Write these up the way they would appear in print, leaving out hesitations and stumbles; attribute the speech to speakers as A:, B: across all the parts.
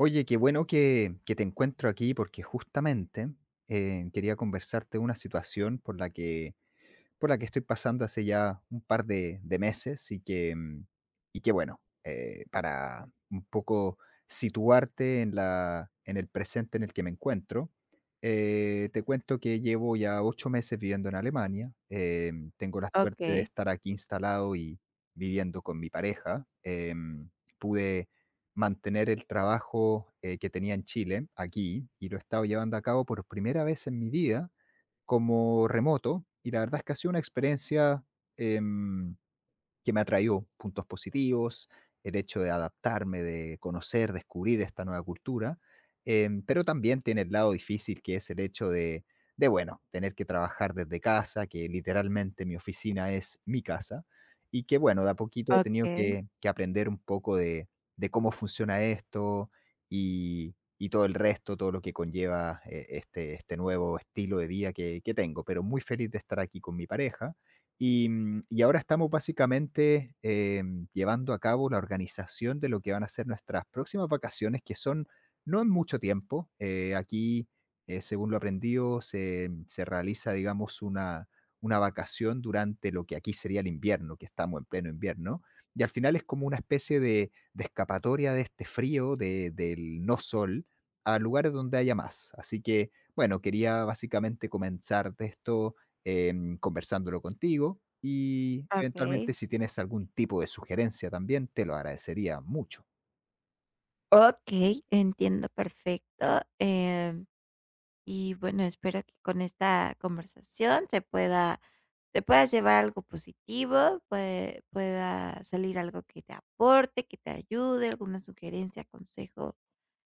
A: Oye, qué bueno que te encuentro aquí porque justamente quería conversarte una situación por la que estoy pasando hace ya un par de meses y que bueno, para un poco situarte en en el presente en el que me encuentro, te cuento que llevo ya ocho meses viviendo en Alemania. Tengo la suerte de
B: Okey,
A: estar aquí instalado y viviendo con mi pareja. Pude mantener el trabajo que tenía en Chile aquí y lo he estado llevando a cabo por primera vez en mi vida como remoto y la verdad es que ha sido una experiencia eh, que me ha traído puntos positivos, el hecho de adaptarme, de conocer, descubrir esta nueva cultura, pero también tiene el lado difícil que es el hecho bueno, tener que trabajar desde casa, que literalmente mi oficina es mi casa, y que bueno, de a poquito he tenido
B: okey,
A: que aprender un poco de cómo funciona esto y todo el resto, todo lo que conlleva este nuevo estilo de vida que tengo, pero muy feliz de estar aquí con mi pareja y ahora estamos básicamente llevando a cabo la organización de lo que van a ser nuestras próximas vacaciones, que son no en mucho tiempo. Según lo aprendido, se realiza, digamos, una vacación durante lo que aquí sería el invierno, que estamos en pleno invierno. Y al final es como una especie de escapatoria de este frío, del no sol, a lugares donde haya más. Así que, bueno, quería básicamente comenzar de esto conversándolo contigo y
B: okey,
A: eventualmente si tienes algún tipo de sugerencia también, te lo agradecería mucho.
B: okey. Entiendo perfecto, y bueno, espero que con esta conversación se pueda te puedas llevar algo positivo, pueda salir algo que te aporte, que te ayude, alguna sugerencia, consejo,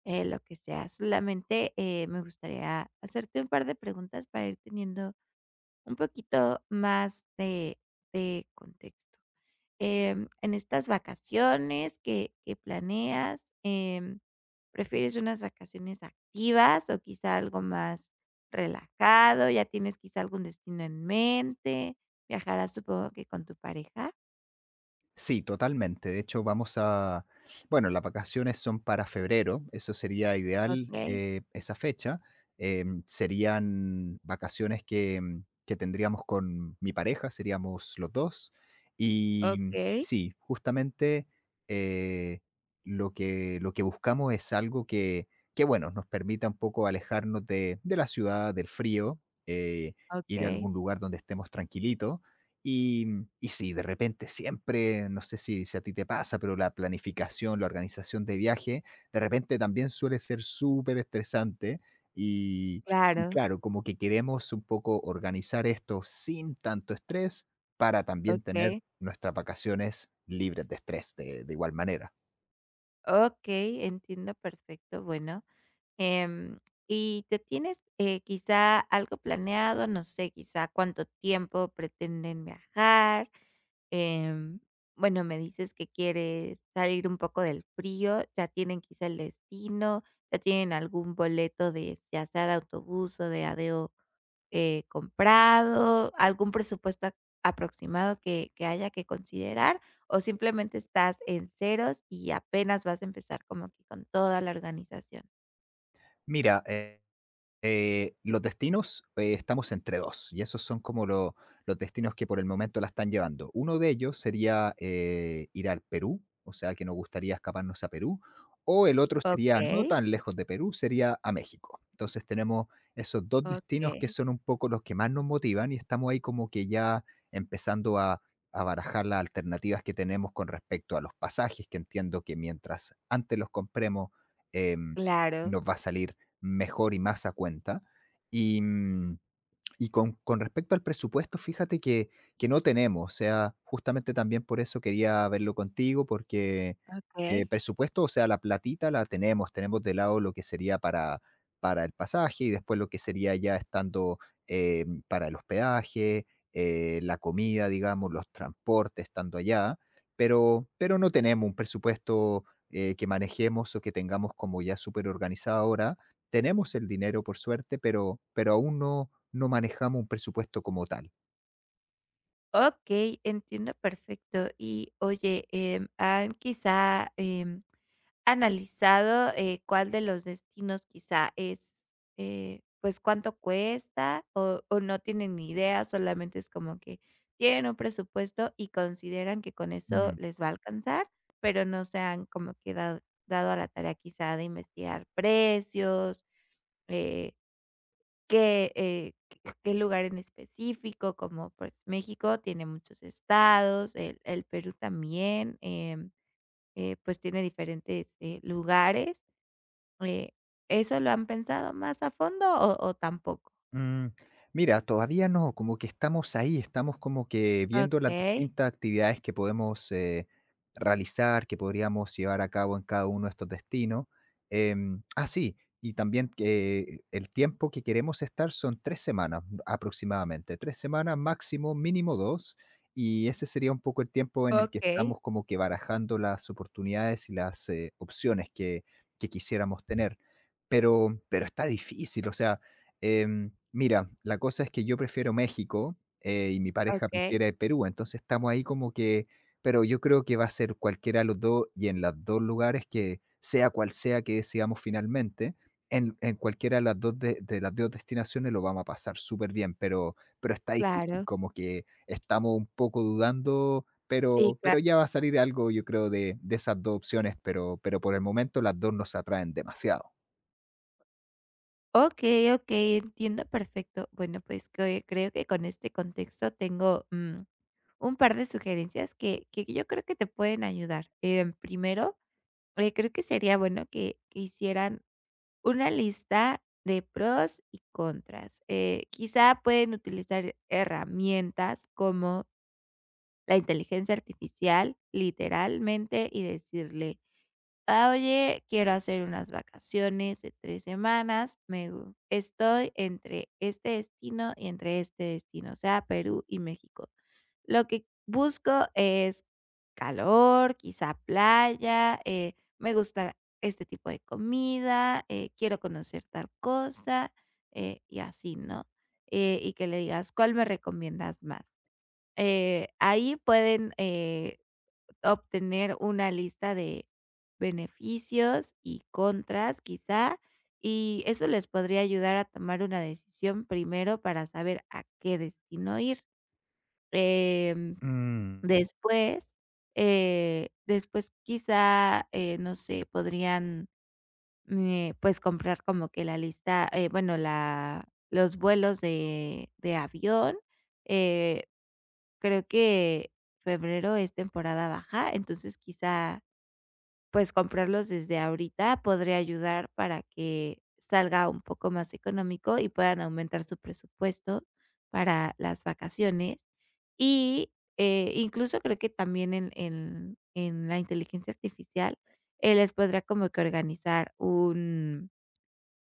B: lo que sea. Solamente, me gustaría hacerte un par de preguntas para ir teniendo un poquito más de contexto. En estas vacaciones que planeas, ¿prefieres unas vacaciones activas o quizá algo más relajado? ¿Ya tienes quizá algún destino en mente? ¿Viajarás, supongo que con tu pareja?
A: Sí, totalmente. De hecho, vamos a, bueno, las vacaciones son para febrero, eso sería ideal,
B: ¿Ok?
A: esa fecha. Serían vacaciones que tendríamos con mi pareja, seríamos los dos. Y
B: Ok,
A: sí, justamente eh, lo que buscamos es algo que, bueno, nos permita un poco alejarnos de la ciudad, del frío, eh, ir a
B: ok,
A: algún lugar donde estemos tranquilitos y, y sí, de repente siempre, no sé si a ti te pasa, pero la planificación, la organización de viaje, de repente también suele ser súper estresante y, y
B: claro,
A: claro, como que queremos un poco organizar esto sin tanto estrés para también tener
B: ok,
A: nuestras vacaciones libres de estrés de igual manera.
B: ok, entiendo perfecto, bueno, em, ¿y te tienes, quizá algo planeado? No sé, quizá, ¿cuánto tiempo pretenden viajar? Em, bueno, me dices que quieres salir un poco del frío, ya tienen quizá el destino, ya tienen algún boleto de si ya sea de autobús o de ADO comprado, algún presupuesto aproximado que haya que considerar o simplemente estás en ceros y apenas vas a empezar como que con toda la organización.
A: Mira, los destinos, estamos entre dos, y esos son como los destinos que por el momento la están llevando. Uno de ellos sería ir al Perú, o sea que nos gustaría escaparnos a Perú, o el otro sería no
B: Ok,
A: tan lejos de Perú, sería a México. Entonces tenemos esos dos
B: ok,
A: destinos que son un poco los que más nos motivan y estamos ahí como que ya empezando a barajar las alternativas que tenemos con respecto a los pasajes, que entiendo que mientras antes los compremos, em,
B: claro,
A: nos va a salir mejor y más a cuenta. Y mmm, y con respecto al presupuesto, fíjate que no tenemos, o sea, justamente también por eso quería verlo contigo, porque,
B: ok.
A: presupuesto, o sea, la platita la tenemos, tenemos de lado lo que sería para el pasaje y después lo que sería ya estando, para el hospedaje, la comida, digamos, los transportes estando allá, pero no tenemos un presupuesto, que manejemos o que tengamos como ya súper organizado ahora. Tenemos el dinero, por suerte, pero aún no no manejamos un presupuesto como tal.
B: Ok, entiendo perfecto. Y oye, ¿han quizá analizado, cuál de los destinos quizá es, pues, cuánto cuesta o no tienen ni idea, solamente es como que tienen un presupuesto y consideran que con eso
A: Mm.
B: les va a alcanzar, pero no se han como que dado a la tarea quizá de investigar precios, eh, qué, qué lugar en específico, como, pues, México tiene muchos estados, el Perú también, pues, tiene diferentes, lugares. Eh, ¿Eso lo han pensado más a fondo o tampoco?
A: Mm, mira, todavía no, como que estamos ahí, estamos como que viendo las
B: Okey,
A: distintas actividades que podemos realizar, que podríamos llevar a cabo en cada uno de estos destinos. Sí, y también que el tiempo que queremos estar son tres semanas aproximadamente, tres semanas máximo, mínimo dos, y ese sería un poco el tiempo en el que
B: okey,
A: estamos como que barajando las oportunidades y las opciones que quisiéramos tener. Pero está difícil, o sea. Mira, la cosa es que yo prefiero México, y mi pareja
B: okey.
A: prefiere Perú, entonces estamos ahí como que, pero yo creo que va a ser cualquiera de los 2 y en los 2 lugares que sea cual sea que decidamos finalmente, en cualquiera de las 2 de las 2 destinaciones lo vamos a pasar súper bien, pero está difícil,
B: Claro.
A: como que estamos un poco dudando,
B: Sí, claro.
A: pero ya va a salir algo, yo creo, de esas 2 opciones, pero por el momento las 2 nos atraen demasiado.
B: Okey, okey, entiendo perfecto. Bueno, pues, que creo que con este contexto tengo, un par de sugerencias que yo creo que te pueden ayudar. Primero, creo que sería bueno que hicieran una lista de pros y contras. Quizá pueden utilizar herramientas como la inteligencia artificial, literalmente, y decirle: "Ah, oye, quiero hacer unas vacaciones de 3 semanas, me gu estoy entre este destino y entre este destino", o sea, Perú y México. Lo que busco es calor, quizá playa, me gusta este tipo de comida, quiero conocer tal cosa, y así, ¿no? Y que le digas: "¿Cuál me recomiendas más?". Ahí pueden, obtener una lista de beneficios y contras, quizá, y eso les podría ayudar a tomar una decisión primero para saber a qué destino ir. Em,
A: Mm.
B: Después, después quizá, no sé, podrían, pues, comprar como que la lista, bueno, la los vuelos de avión, eh Creo que febrero es temporada baja, entonces quizá, pues, comprarlos desde ahorita podría ayudar para que salga un poco más económico y puedan aumentar su presupuesto para las vacaciones. Y, incluso creo que también en la inteligencia artificial, les podrá como que organizar un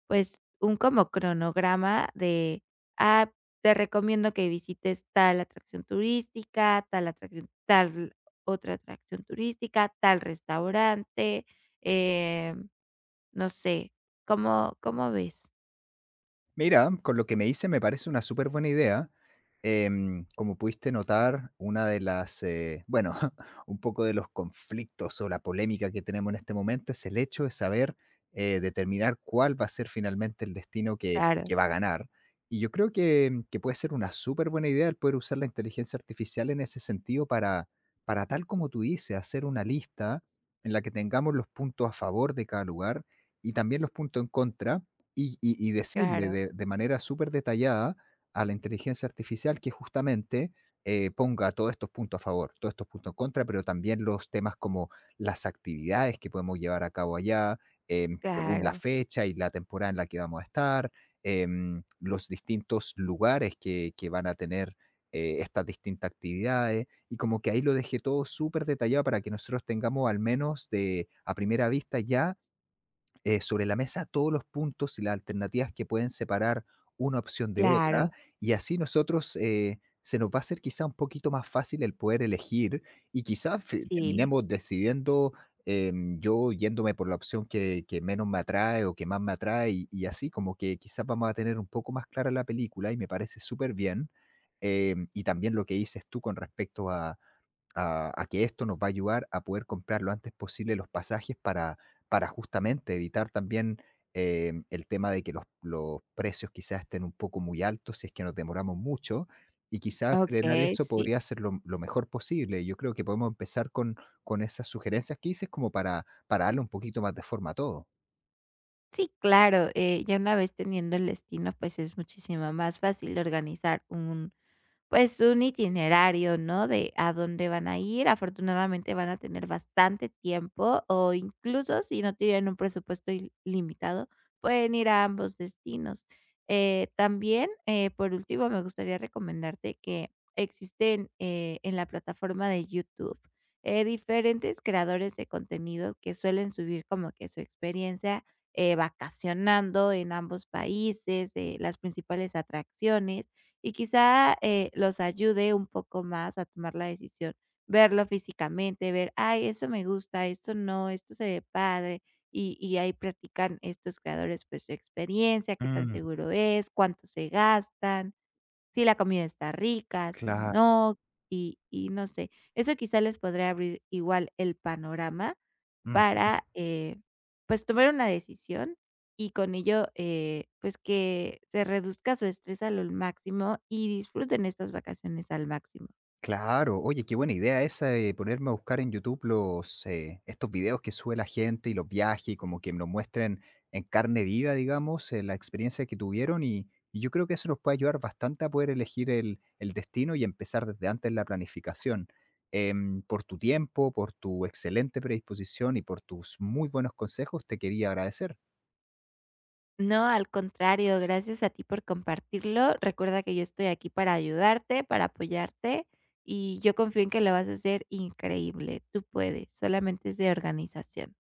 B: pues, un como cronograma de, ah, te recomiendo que visites tal atracción turística, tal atracción tal otra atracción turística, tal restaurante, em, no sé, ¿cómo ves?
A: Mira, con lo que me dice me parece una súper buena idea. Como pudiste notar, una de las, bueno, un poco de los conflictos o la polémica que tenemos en este momento es el hecho de saber determinar cuál va a ser finalmente el destino
B: Claro,
A: que va a ganar. Y yo creo que puede ser una súper buena idea el poder usar la inteligencia artificial en ese sentido para tal como tú dices, hacer una lista en la que tengamos los puntos a favor de cada lugar y también los puntos en contra y decirle
B: claro,
A: de manera súper detallada a la inteligencia artificial que justamente, ponga todos estos puntos a favor, todos estos puntos en contra, pero también los temas como las actividades que podemos llevar a cabo allá, según la
B: claro,
A: fecha y la temporada en la que vamos a estar, los distintos lugares que van a tener, estas distintas actividades, y como que ahí lo dejé todo súper detallado para que nosotros tengamos al menos de a primera vista ya sobre la mesa todos los puntos y las alternativas que pueden separar una opción de
B: claro.
A: otra, y así nosotros se nos va a hacer quizá un poquito más fácil el poder elegir y quizás
B: Sí,
A: terminemos decidiendo yo yéndome por la opción que menos me atrae o que más me atrae y así como que quizás vamos a tener un poco más clara la película y me parece súper bien. Y también lo que dices tú con respecto a a que esto nos va a ayudar a poder comprar lo antes posible los pasajes para justamente evitar también el tema de que los precios quizás estén un poco muy altos si es que nos demoramos mucho y quizás acelerar
B: okey,
A: eso
B: sí.
A: podría ser lo mejor posible. Yo creo que podemos empezar con esas sugerencias que hice como para darle un poquito más de forma a todo.
B: Sí, claro, ya una vez teniendo el destino, pues, es muchísimo más fácil organizar un Pues, un itinerario, ¿no?, de a dónde van a ir. Afortunadamente, van a tener bastante tiempo, o incluso si no tienen un presupuesto limitado pueden ir a ambos destinos. También, por último, me gustaría recomendarte que existen, en la plataforma de YouTube, diferentes creadores de contenido que suelen subir como que su experiencia, vacacionando en ambos países, las principales atracciones y quizá, los ayude un poco más a tomar la decisión, verlo físicamente, ver: "Ay, eso me gusta, esto no, esto se ve padre", y ahí practican estos creadores, pues, su experiencia, qué tan
A: Mm,
B: seguro es, cuánto se gastan, si la comida está rica, si
A: claro.
B: no, y no sé. Eso quizá les podría abrir igual el panorama para, pues, tomar una decisión y con ello, pues, que se reduzca su estrés al máximo y disfruten estas vacaciones al máximo.
A: Claro, oye, qué buena idea esa de ponerme a buscar en YouTube los, estos videos que sube la gente y los viajes y como que nos muestren en carne viva, digamos, la experiencia que tuvieron y yo creo que eso nos puede ayudar bastante a poder elegir el destino y empezar desde antes la planificación. Por tu tiempo, por tu excelente predisposición y por tus muy buenos consejos, te quería agradecer.
B: No, al contrario, gracias a ti por compartirlo. Recuerda que yo estoy aquí para ayudarte, para apoyarte, y yo confío en que lo vas a hacer increíble. Tú puedes, solamente es de organización.